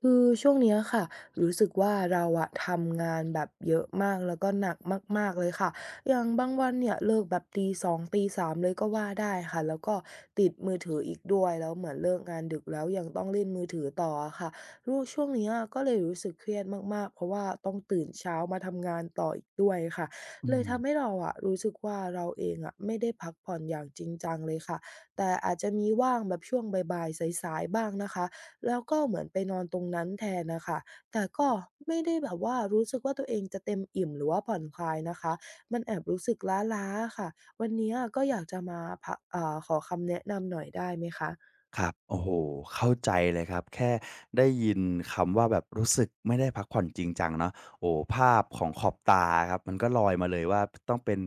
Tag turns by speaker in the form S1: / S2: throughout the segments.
S1: คือช่วงเนี้ยค่ะรู้สึกว่าเราอะทำงานแบบเยอะมากแล้วก็หนักมากๆเลยค่ะอย่างบางวันเนี่ยเลิกแบบตีสองตีสามเลยก็ว่าได้ค่ะแล้วก็ติดมือถืออีกด้วยแล้วเหมือนเลิกงานดึกแล้วยังต้องเล่นมือถือต่ออะค่ะรู้ช่วงเนี้ยก็เลยรู้สึกเครียดมากๆเพราะว่าต้องตื่นเช้ามาทำงานต่ออีกด้วยค่ะ
S2: อื
S1: เลย
S2: ม
S1: ทำให้เราอะรู้สึกว่าเราเองอะไม่ได้พักผ่อนอย่างจริงจังเลยค่ะแต่อาจจะมีว่างแบบช่วงบ่ายๆสายๆบ้างนะคะ แล้วก็เหมือนไปนอนตรงนั้นแทนน่ะค่ะแต่ก็ไม่ได้แบบว่ารู้สึกว่าตัวเองจะเต็มอิ่มหรือว่าผ่อนคลายนะคะ มันแอบรู้สึกล้าๆอะค่ะ วันเนี้ยก็อยากจะมาพอ่าขอคำแนะนำหน่อยได้ไหมคะ
S2: ครับโอ้โฮเข้าใจเลยครับแค่ได้ยินคำว่าแบบรู้สึกไม่ได้พักผ่อนจริงจังเนาะโอ้โฮภาพของขอบตาครับมันก็ลอยมาเลยว่าต้องเป็น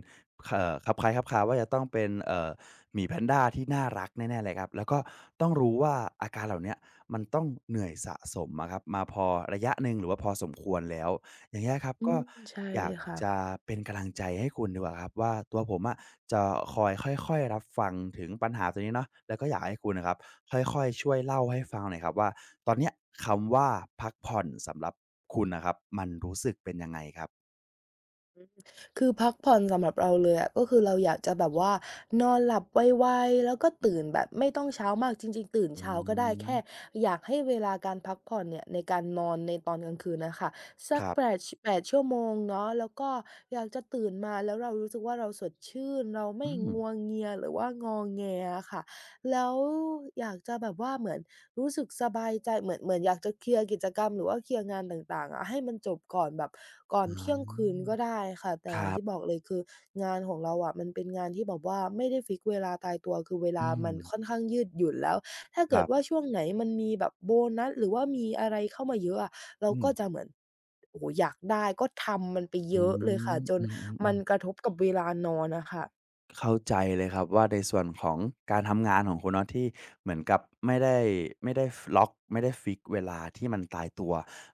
S2: คลับคล้ายคลับคลาว่าจะต้องเป็นหมีแพนดาที่น่ารักแน่ๆเลยครับแล้วก็ต้องรู้ว่าอาการเหล่าเนี้ยมันต้องเหนื่อยสะสมอะครับมาพอระยะหนึ่งหรือว่าพอสมควรแล้ว อย่างเงี้ยครับ
S1: อื
S2: ก็
S1: มใช่
S2: อ
S1: เล
S2: ยาก
S1: ยค่ะ
S2: จะเป็นกำลังใจให้คุณดีกว่าครับว่าตัวผมอะจะคอยค่อยๆรับฟังถึงปัญหาตรงนี้เนาะแล้วก็อยากให้คุณน่ะครับค่อยๆช่วยเล่าให้ฟังหน่อยครับว่าตอนเนี้ยคำว่าพักผ่อนสำหรับคุณน่ะครับมันรู้สึกเป็นยังไงครับ
S1: คือพักผ่อนสำหรับเราเลยอะก็คือเราอยากจะแบบว่านอนหลับไวๆแล้วก็ตื่นแบบไม่ต้องเช้ามากจริงๆตื่น
S2: อื
S1: เช้าก็ได้
S2: ม
S1: แค่อยากให้เวลาการพักผ่อนเนี่ยในการนอนในตอนกลางคืนน่ะค่ะสั
S2: ค
S1: ก
S2: รั
S1: 8
S2: บ
S1: ช8 ชั่วโมงเนาะแล้วก็อยากจะตื่นมาแล้วเรารู้สึกว่าเราสดชื่นเราไม่
S2: อืม
S1: งัวเงียหรือว่างอแงอะค่ะแล้วอยากจะแบบว่าเหมือน รู้สึกสบายใจเหมือนเหมือนอยากจะเคลียร์กิจกรรมหรือว่าเคลียร์งานต่างๆอะให้มันจบก่อนแบบก่อน
S2: อ๋อ
S1: เที่ยงคืนก็ได้ค่ะแต่
S2: ค
S1: อย่าง
S2: รับ
S1: ที่บอกเลยคืองานของเราอะมันเป็นงานที่แบบว่าไม่ได้ฟิกซ์เวลาตายตัวคือเวลา
S2: อืม
S1: มันค่อนข้างยืดหยุ่นแล้วถ้า
S2: ค
S1: เกิ
S2: รั
S1: ด
S2: บ
S1: ว่าช่วงไหนมันมีแบบโบนัสหรือว่ามีอะไรเข้ามาเยอะอะเรา
S2: อื
S1: ก็จะ
S2: ม
S1: เหมือนโอ้โฮอยากได้ก็ทำมันไป
S2: อ
S1: เยอะเลยค่ะ
S2: ื
S1: จน
S2: ม
S1: มั
S2: ๆ
S1: นก
S2: ๆ
S1: ระทบกับเวลานอนอะค่ะ
S2: เข้าใจเลยครับว่าในส่วนของการทำงานของคุณเนาะที่เหมือนกับไม่ได้ล็อกไม่ได้ฟิกเวลาที่มันตายตัว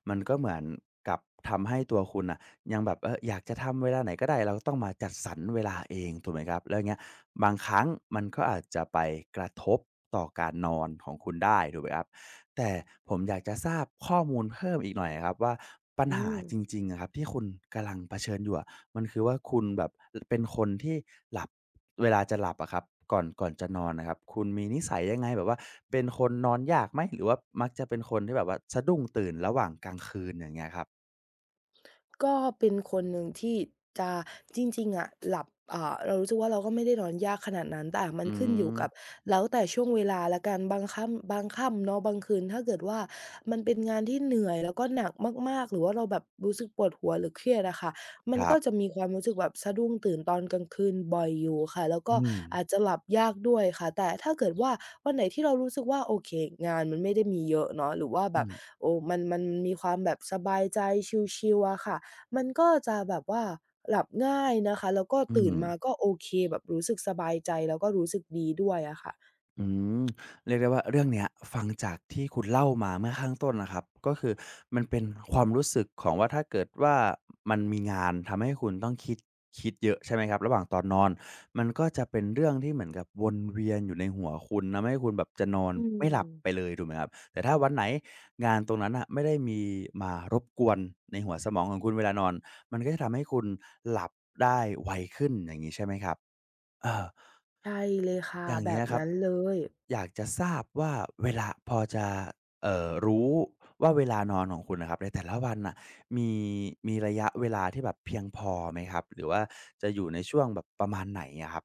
S2: มันก็เหมือนกับทำให้ตัวคุณอ่ะยังแบบเอออยากจะทำเวลาไหนก็ได้เราต้องมาจัดสรรเวลาเองถูกไหมครับแล้วอเงี้ยบางครั้งมันก็อาจจะไปกระทบต่อการนอนของคุณได้ถูกไหมครับแต่ผมอยากจะทราบข้อมูลเพิ่มอีกหน่อยครับว่าปัญ
S1: อื
S2: หา
S1: ม
S2: จริงๆอะครับที่คุณกำลังเผชิญอยู่อะ มันคือว่าคุณแบบเป็นคนที่หลับเวลาจะหลับอะครับก่อนจะนอนน่ะครับคุณมีนิสัยยังไงแบบว่าเป็นคนนอนยากไหมหรือว่ามักจะเป็นคนที่แบบว่าสะดุ้งตื่นระหว่างกลางคืนอย่างเงี้ยครับ
S1: ก็เป็นคนหนึ่งที่จะจริงๆอะหลับเรารู้สึกว่าเราก็ไม่ได้นอนยากขนาดนั้นแต่มัน
S2: อื
S1: ขึ้นอยู่
S2: ม
S1: กับแล้วแต่ช่วงเวลาแล้วกันบางค่ำเนาะบางคืนถ้าเกิดว่ามันเป็นงานที่เหนื่อยแล้วก็หนักมากๆหรือว่าเราแบบรู้สึกปวดหัวหรือเครียดอะค่ะมั
S2: ค
S1: น
S2: รั
S1: ก็
S2: บ
S1: จะมีความรู้สึกแบบสะดุ้งตื่นตอนกลางคืนบ่อยอยู่ค่ะแล้ว
S2: อื
S1: ก็
S2: ม
S1: อาจจะหลับยากด้วยค่ะแต่ถ้าเกิดว่าวันไหนที่เรารู้สึกว่าโอเคงานมันไม่ได้มีเยอะเนาะหรือว่าแบ
S2: อื
S1: บ
S2: ม
S1: โอ้มันมีความแบบสบายใจชิลๆอะค่ะ มันก็จะแบบว่าหลับง่ายนะคะแล้วก็
S2: อื
S1: ตื่
S2: ม
S1: นมาก็โอเคแบบรู้สึกสบายใจแล้วก็รู้สึกดีด้วยอะค่ะ
S2: อืมเรียกได้ว่าเรื่องเนี้ยฟังจากที่คุณเล่ามาเมื่อข้างต้นนะครับก็คือมันเป็นความรู้สึกของว่าถ้าเกิดว่ามันมีงานทำให้คุณต้องคิดเยอะใช่ไหมครับระหว่างตอนนอนมันก็จะเป็นเรื่องที่เหมือนกับวนเวียนอยู่ในหัวคุณทำให้คุณแบบจะนอน
S1: อื
S2: ไม่หลับไป
S1: ม
S2: เลยถูกไหมครับแต่ถ้าวันไหนงานตรงนั้นน่ะไม่ได้มีมารบกวนในหัวสมองของคุณเวลานอนมันก็จะทำให้คุณหลับได้ไวขึ้นอย่างงี้ใช่ไหมครับเออ
S1: ใช่เลยค่ะ
S2: อย่าง
S1: แบ
S2: เงี้
S1: บ
S2: ยครับ
S1: นั้นเลย
S2: อยากจะทราบว่าเวลาพอจะรู้ว่าเวลานอนของคุณน่ะครับในแต่ละวันน่ะมีมีระยะเวลาที่แบบเพียงพอไหมครับหรือว่าจะอยู่ในช่วงแบบประมาณไหนอะครับ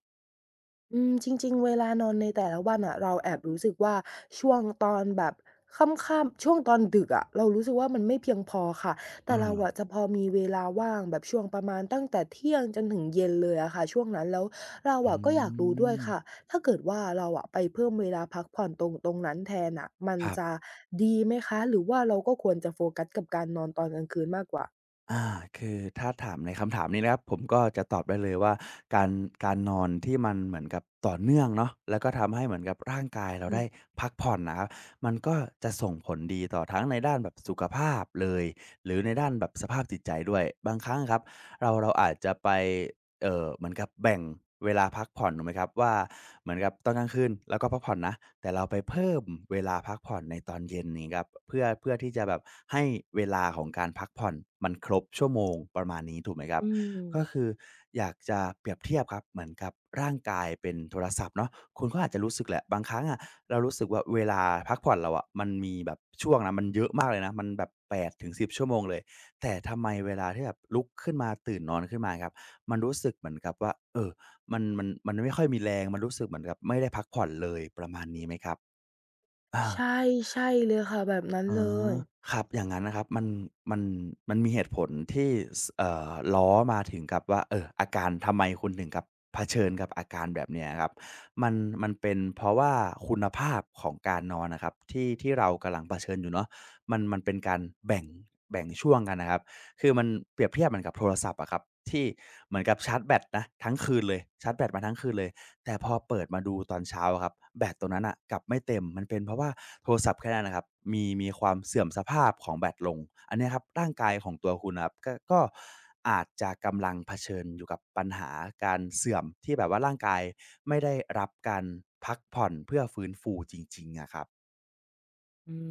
S1: อืมจริงๆเวลานอนในแต่ละวันอะเราแอบรู้สึกว่าช่วงตอนแบบค่ำๆช่วงตอนดึกอะเรารู้สึกว่ามันไม่เพียงพอค่ะ
S2: เอ
S1: แต่เรา
S2: อ
S1: อะจะพอมีเวลาว่างแบบช่วงประมาณตั้งแต่เที่ยงจนถึงเย็นเลยอะค่ะช่วงนั้นแล้วเรา
S2: อื
S1: อะก็อยากรู้ด้วย
S2: ม
S1: ค่ะถ้าเกิดว่าเราอะไปเพิ่มเวลาพักผ่อนตรงนั้นแทนน่ะมัน
S2: ครั
S1: จะ
S2: บ
S1: ดีไหมคะหรือว่าเราก็ควรจะโฟกัสกับการนอนตอนกลางคืนมากกว่า
S2: อาคือถ้าถามในคำถามนี้นะครับผมก็จะตอบได้เลยว่าการการนอนที่มันเหมือนกับต่อเนื่องเนาะแล้วก็ทำให้เหมือนกับร่างกายเรา
S1: อืม
S2: ได้พักผ่อนนะครับมันก็จะส่งผลดีต่อทั้งในด้านแบบสุขภาพเลยหรือในด้านแบบสภาพจิตใจด้วยบางครั้งอะครับเราอาจจะไป เหมือนกับแบ่งเวลาพักผ่อนถูกไหมครับว่าเหมือนกับตอนกลางคืนเราก็พักผ่อนนะแต่เราไปเพิ่มเวลาพักผ่อนในตอนเย็นนี้ครับเพื่อที่จะแบบให้เวลาของการพักผ่อนมันครบชั่วโมงประมาณนี้ถูกไหมครับ
S1: อืม
S2: ก็คืออยากจะเปรียบเทียบครับเหมือนกับร่างกายเป็นโทรศัพท์เนาะคุณก็อาจจะรู้สึกแหละบางครั้งอะเรารู้สึกว่าเวลาพักผ่อนเราอะมันมีแบบช่วงนะมันเยอะมากเลยนะมันแบบ8-10 ชั่วโมงเลยแต่ทำไมเวลาที่แบบลุกขึ้นมาตื่นนอนขึ้นมาครับ มันรู้สึกเหมือนกับว่า เออมันไม่ค่อยมีแรง มันรู้สึกเหมือนกับไม่ได้พักผ่อนเลยประมาณนี้ไหมครับอา
S1: ใช่ใช่เลยค่ะแบบนั้น
S2: อ๋อ
S1: เลย
S2: ครับอย่างงั้นนะครับมันมันมีเหตุผลที่สเอ่อล้อมาถึงกับว่าเอออาการทำไมคุณถึงกับเผชิญกับอาการแบบเนี้ยครับมันมันเป็นเพราะว่าคุณภาพของการนอนอะครับที่เรากำลังเผชิญอยู่เนาะมันมันเป็นการแบ่งแบ่งช่วงกันนะครับคือมันเปรียบเทียบเหมือนกับโทรศัพท์อะครับที่เหมือนกับชาร์จแบตนะทั้งคืนเลยชาร์จแบตมาทั้งคืนเลย แต่พอเปิดมาดูตอนเช้าอะครับแบตตรงนั้นน่ะกลับไม่เต็มมันเป็นเพราะว่าโทรศัพท์แค่นั้นนะครับมีความเสื่อมสภาพของแบตลงอันเนี้ยครับร่างกายของตัวคุณนะครับก็อาจจะกำลังเผชิญอยู่กับปัญหาการเสื่อมที่แบบว่าร่างกายไม่ได้รับการพักผ่อนเพื่อฟื้นฟูจริงๆอะครับ
S1: อืม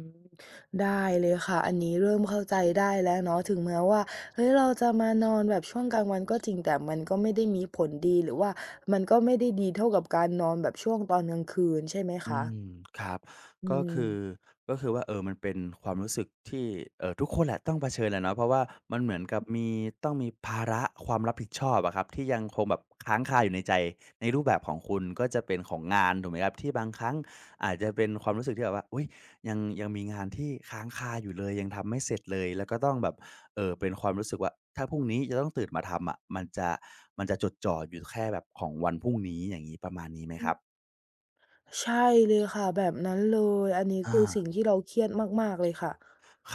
S1: ได้เลยค่ะอันนี้เริ่มเข้าใจได้แล้วเนาะถึงแม้ว่าเฮ้ยเราจะมานอนแบบช่วงกลางวันก็จริงแต่มันก็ไม่ได้มีผลดีหรือว่ามันก็ไม่ได้ดีเท่ากับการนอนแบบช่วงตอนกลางคืนใช่ไหม
S2: อื
S1: คะ
S2: มครับ
S1: อื
S2: ก็
S1: ม
S2: คือก็คือว่ามันเป็นความรู้สึกที่ทุกคนแหละต้องเผชิญแหละเนาะเพราะว่ามันเหมือนกับมีต้องมีภาระความรับผิดชอบอะครับที่ยังคงแบบค้างคาอยู่ในใจในรูปแบบของคุณก็จะเป็นของงานถูกไหมครับที่บางครั้งอาจจะเป็นความรู้สึกที่แบบว่าอุ๊ยยังมีงานที่ค้างคาอยู่เลยยังทำไม่เสร็จเลยแล้วก็ต้องแบบเป็นความรู้สึกว่าถ้าพรุ่งนี้จะต้องตื่นมาทำอะมันจะจดจ่ออยู่แค่แบบของวันพรุ่งนี้อย่างงี้ประมาณนี้ไหม
S1: อื
S2: ค
S1: ม
S2: รับ
S1: ใช่เลยค่ะแบบนั้นเลยอันนี้
S2: อา
S1: คือสิ่งที่เราเครียดมากๆเลยค่ะ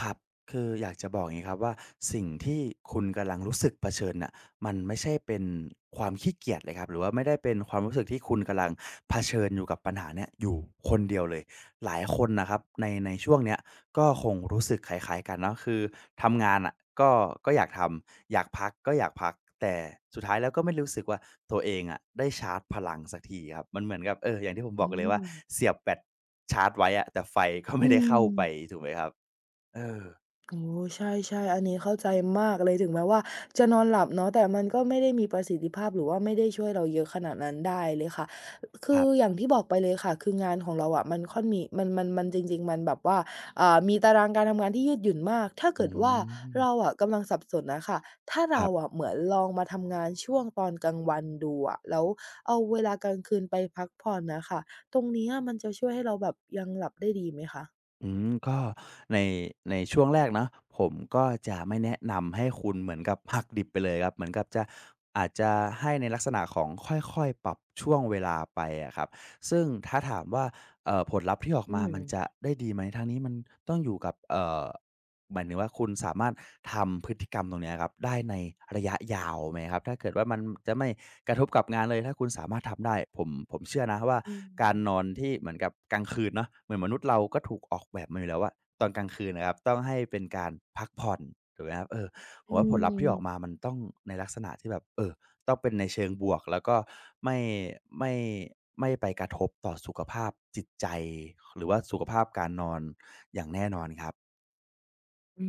S2: ครับคืออยากจะบอกอย่างนี้ครับว่าสิ่งที่คุณกำลังรู้สึกเผชิญน่ะมันไม่ใช่เป็นความขี้เกียจเลยครับหรือว่าไม่ได้เป็นความรู้สึกที่คุณกำลังเผชิญอยู่กับปัญหาเนี้ยอยู่คนเดียวเลยหลายคนนะครับในช่วงเนี้ยก็คงรู้สึกคล้ายๆกันเนาะคือทำงานอ่ะก็อยากทำอยากพักก็อยากพักแต่สุดท้ายแล้วก็ไม่รู้สึกว่าตัวเองอะได้ชาร์จพลังสักทีครับมันเหมือนกับอย่างที่ผมบ
S1: อื
S2: อกเลยว่า
S1: ม
S2: เสียบแบตชาร์จไว้อะแต่ไฟก็
S1: อื
S2: ไม่ได้
S1: ม
S2: เข้าไปถูกไหมครับ เออ
S1: โอ้ใช่ๆอันนี้เข้าใจมากเลยถึงแม้ว่าจะนอนหลับเนาะแต่มันก็ไม่ได้มีประสิทธิภาพหรือว่าไม่ได้ช่วยเราเยอะขนาดนั้นได้เลยค่ะ
S2: ค
S1: คือ
S2: รับ
S1: อย่างที่บอกไปเลยค่ะคืองานของเราอะมันค่อนมีมันมันมันจริงๆมันแบบว่ามีตารางการทำงานที่ยืดหยุ่นมากถ้า
S2: อื
S1: เกิดว่า
S2: ม
S1: เราอะกำลังสับสนน่ะค่ะถ้า
S2: ค
S1: เรา
S2: รับ
S1: อะเหมือนลองมาทำงานช่วงตอนกลางวันดูอะแล้วเอาเวลากลางคืนไปพักผ่อนน่ะค่ะตรงเนี้ยมันจะช่วยให้เราแบบยังหลับได้ดีไหมคะ
S2: อืมก็ในในช่วงแรกเนาะผมก็จะไม่แนะนำให้คุณเหมือนกับหักดิบไปเลยครับเหมือนกับจะอาจจะให้ในลักษณะของค่อยๆปรับช่วงเวลาไปอะครับซึ่งถ้าถามว่าผลลัพธ์ที่ออก
S1: อื
S2: มามันจะ
S1: ม
S2: ได้ดีไหมทางนี้มันต้องอยู่กับหมายถึงว่าคุณสามารถทำพฤติกรรมตรงเนี้ยครับได้ในระยะยาวไหมครับถ้าเกิดว่ามันจะไม่ กระทบกับงานเลยถ้าคุณสามารถทำได้ผมเชื่อนะว่า
S1: อื
S2: การ
S1: ม
S2: นอนที่เหมือนกับกลางคืนเนาะเหมือนมนุษย์เราก็ถูกออกแบบมาอยู่แล้วว่าตอนกลางคืนนะครับต้องให้เป็นการพักผ่อนถูกไหมครับเออผ
S1: อื
S2: มว่าผลลัพธ์ที่ออกมา
S1: ม
S2: มันต้องในลักษณะที่แบบเออต้องเป็นในเชิงบวกแล้วก็ไม่ไม่ไม่ไปกระทบต่อสุขภาพจิตใจหรือว่าสุขภาพการนอนอย่างแน่นอนครับ
S1: อื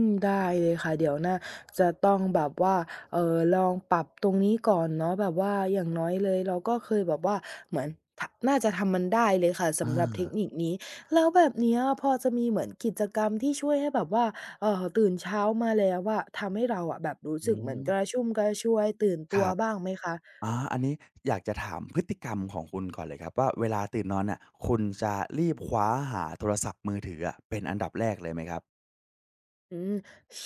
S1: มได้เลยค่ะเดี๋ยวน่าจะต้องแบบว่าลองปรับตรงนี้ก่อนเนาะแบบว่าอย่างน้อยเลยเราก็เคยแบบว่าเหมือนทน่าจะทำมันได้เลยค่ะ
S2: อา
S1: สำหรับเทคนิคนี้แล้วแบบเนี้ยพอจะมีเหมือนกิจกรรมที่ช่วยให้แบบว่าตื่นเช้ามาแล้วอะทำให้เราอะแบบรู้
S2: อื
S1: สึกเหมือ
S2: ม
S1: นกระชุ่มกระชวยตื่น
S2: ค
S1: ตัว
S2: รับ
S1: บ้างไหมคะ
S2: อาออันนี้อยากจะถามพฤติกรรมของคุณก่อนเลยครับว่าเวลาตื่นนอนน่ะคุณจะรีบคว้าหาโทรศัพท์มือถืออะเป็นอันดับแรกเลยไหมครับ
S1: อืม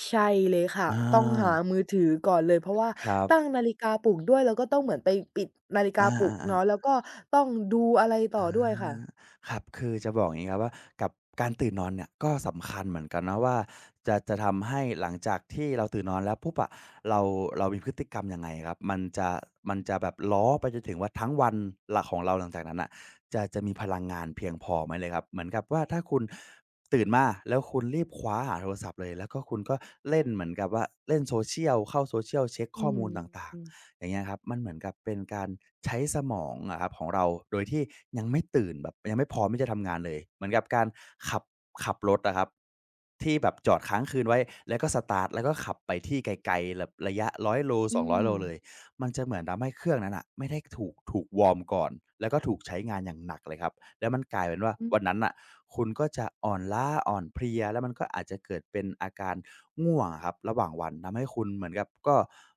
S1: ใช่เลยค่ะ
S2: อ
S1: ต้องหา
S2: า
S1: มือถือก่อนเลยเพราะว่า
S2: ครั
S1: ตั้ง
S2: บ
S1: นาฬิกาปลุกด้วยแล้วก็ต้องเหมือนไปปิดนาฬิ
S2: อ
S1: กาปลุก
S2: า
S1: เนาะ
S2: ๆ
S1: แล้
S2: ๆ
S1: วก็ต้องดูอะไรต่
S2: อ
S1: อด้วยค่ะ
S2: าครับคือจะบอกอย่างงี้ครับว่ากับการตื่นนอนเนี่ยก็สำคัญเหมือนกันนะว่าจะทำให้หลังจากที่เราตื่นนอนแล้วปุ๊บอะเราเรามีพฤติกรรมยังไงครับมันจะแบบล้อไปจนถึงว่าทั้งวันหลักของเราหลังจากนั้นน่ะจะมีพลังงานเพียงพอไหมเลยครับเหมือนกับว่าถ้าคุณตื่นมาแล้วคุณรีบคว้าหาโทรศัพท์เลยแล้วก็คุณก็เล่นเหมือนกับว่าเล่น social เข้า social เช็ก
S1: อื
S2: ข้อ
S1: ม
S2: มูลต่าง
S1: อืม
S2: ๆ อย่างเงี้ยครับมันเหมือนกับเป็นการใช้สมองอะครับของเราโดยที่ยังไม่ตื่นแบบยังไม่พร้อมที่จะทำงานเลยเหมือนกับการขับขับรถอะครับที่แบบจอดค้างคืนไว้แล้วก็สตาร์ตแล้วก็ขับไปที่ไกลๆแบบระยะ100โล
S1: อื
S2: 200โลเลยมันจะเหมือนทำให้เครื่องนั้นน่ะไม่ได้ถูกวอร์มก่อนแล้วก็ถูกใช้งานอย่างหนักเลยครับแล้วมันกลายเป็นว่าวัน
S1: ม
S2: นั้นน่ะ คุณก็จะอ่อนล้าอ่อนเพลียแล้วมันก็อาจจะเกิดเป็นอาการง่วงอะครับระหว่างวันทำให้คุณเหมือนกับก็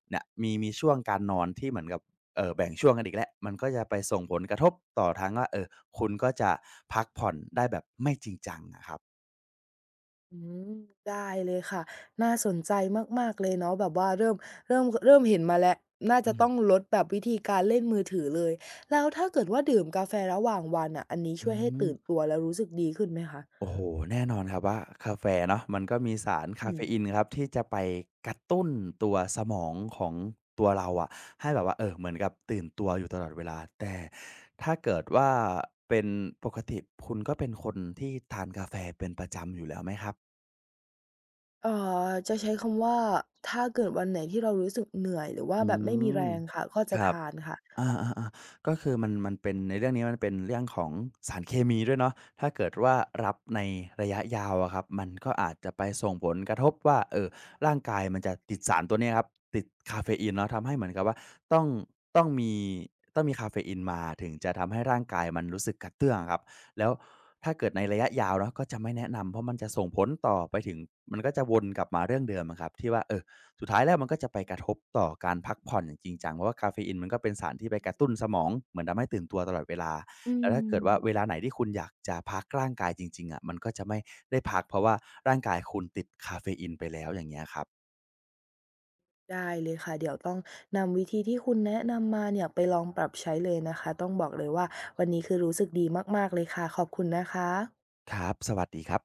S2: เนี่ยมีช่วงการนอนที่เหมือนกับแบ่งช่วงกันอีกแล้วมันก็จะไปส่งผลกระทบต่อทั้งว่าคุณก็จะพักผ่อนได้แบบไม่จริงจังอะครับ
S1: อืมได้เลยค่ะน่าสนใจมากๆเลยเนาะแบบว่าเริ่มเห็นมาแล้วน่า
S2: อื
S1: จะ
S2: ม
S1: ต้องลดแบบวิธีการเล่นมือถือเลยแล้วถ้าเกิดว่าดื่มกาแฟระหว่างวันน่ะอันนี้
S2: อื
S1: ช่วยให้ตื่น
S2: ม
S1: ตัวแล้วรู้สึกดีขึ้นไหมคะ
S2: โอ้โฮแน่นอนครับว่ากาแฟเนาะมันก็มีสาร
S1: อื
S2: กาเฟ
S1: ม
S2: อีนครับที่จะไปกระตุ้นตัวสมองของตัวเราอะให้แบบว่าเหมือนกับตื่นตัวอยู่ตลอดเวลาแต่ถ้าเกิดว่าเป็นปกติคุณก็เป็นคนที่ทานกาแฟเป็นประจำอยู่แล้วไหมครับ
S1: เอ่อจะใช้คำว่าถ้าเกิดวันไหนที่เรารู้สึกเหนื่อยหรือว่า
S2: อื
S1: แบบไม่มี
S2: ม
S1: แรงค่ะก็
S2: ค
S1: จะ
S2: รับ
S1: ทานค่ะ
S2: อาๆๆก็คือมันเป็นในเรื่องนี้มันเป็นเรื่องของสารเคมีด้วยเนาะถ้าเกิดว่ารับในระยะยาวอะครับมันก็อาจจะไปส่งผลกระทบว่าร่างกายมันจะติดสารตัวเนี้ยครับติดกาเฟอีนเนาะทำให้เหมือนกับว่าต้องต้องมีต้องมีกาเฟอีนมาถึงจะทำให้ร่างกายมันรู้สึกกระเตื้องอะครับแล้วถ้าเกิดในระยะยาวเนาะก็จะไม่แนะนำเพราะมันจะส่งผลต่อไปถึงมันก็จะวนกลับมาเรื่องเดิมอะครับที่ว่าสุดท้ายแล้วมันก็จะไปกระทบต่อการพักผ่อนอย่างจริงจังเพราะว่าคาเฟอีนมันก็เป็นสารที่ไปกระตุ้นสมองเหมือนทำให้ตื่นตัวตลอดเวลา
S1: อื
S2: แล้วถ้าเกิดว่าเวลา
S1: ม
S2: ไหนที่คุณอยากจะพักร่างกายจริงๆอะมันก็จะไม่ได้พักเพราะว่าร่างกายคุณติดคาเฟอีนไปแล้วอย่างเงี้ยครับ
S1: ได้เลยค่ะเดี๋ยวต้องนำวิธีที่คุณแนะนำมาเนี่ยไปลองปรับใช้เลยนะคะต้องบอกเลยว่าวันนี้คือรู้สึกดีมากๆเลยค่ะขอบคุณนะคะ
S2: ครับสวัสดีครับ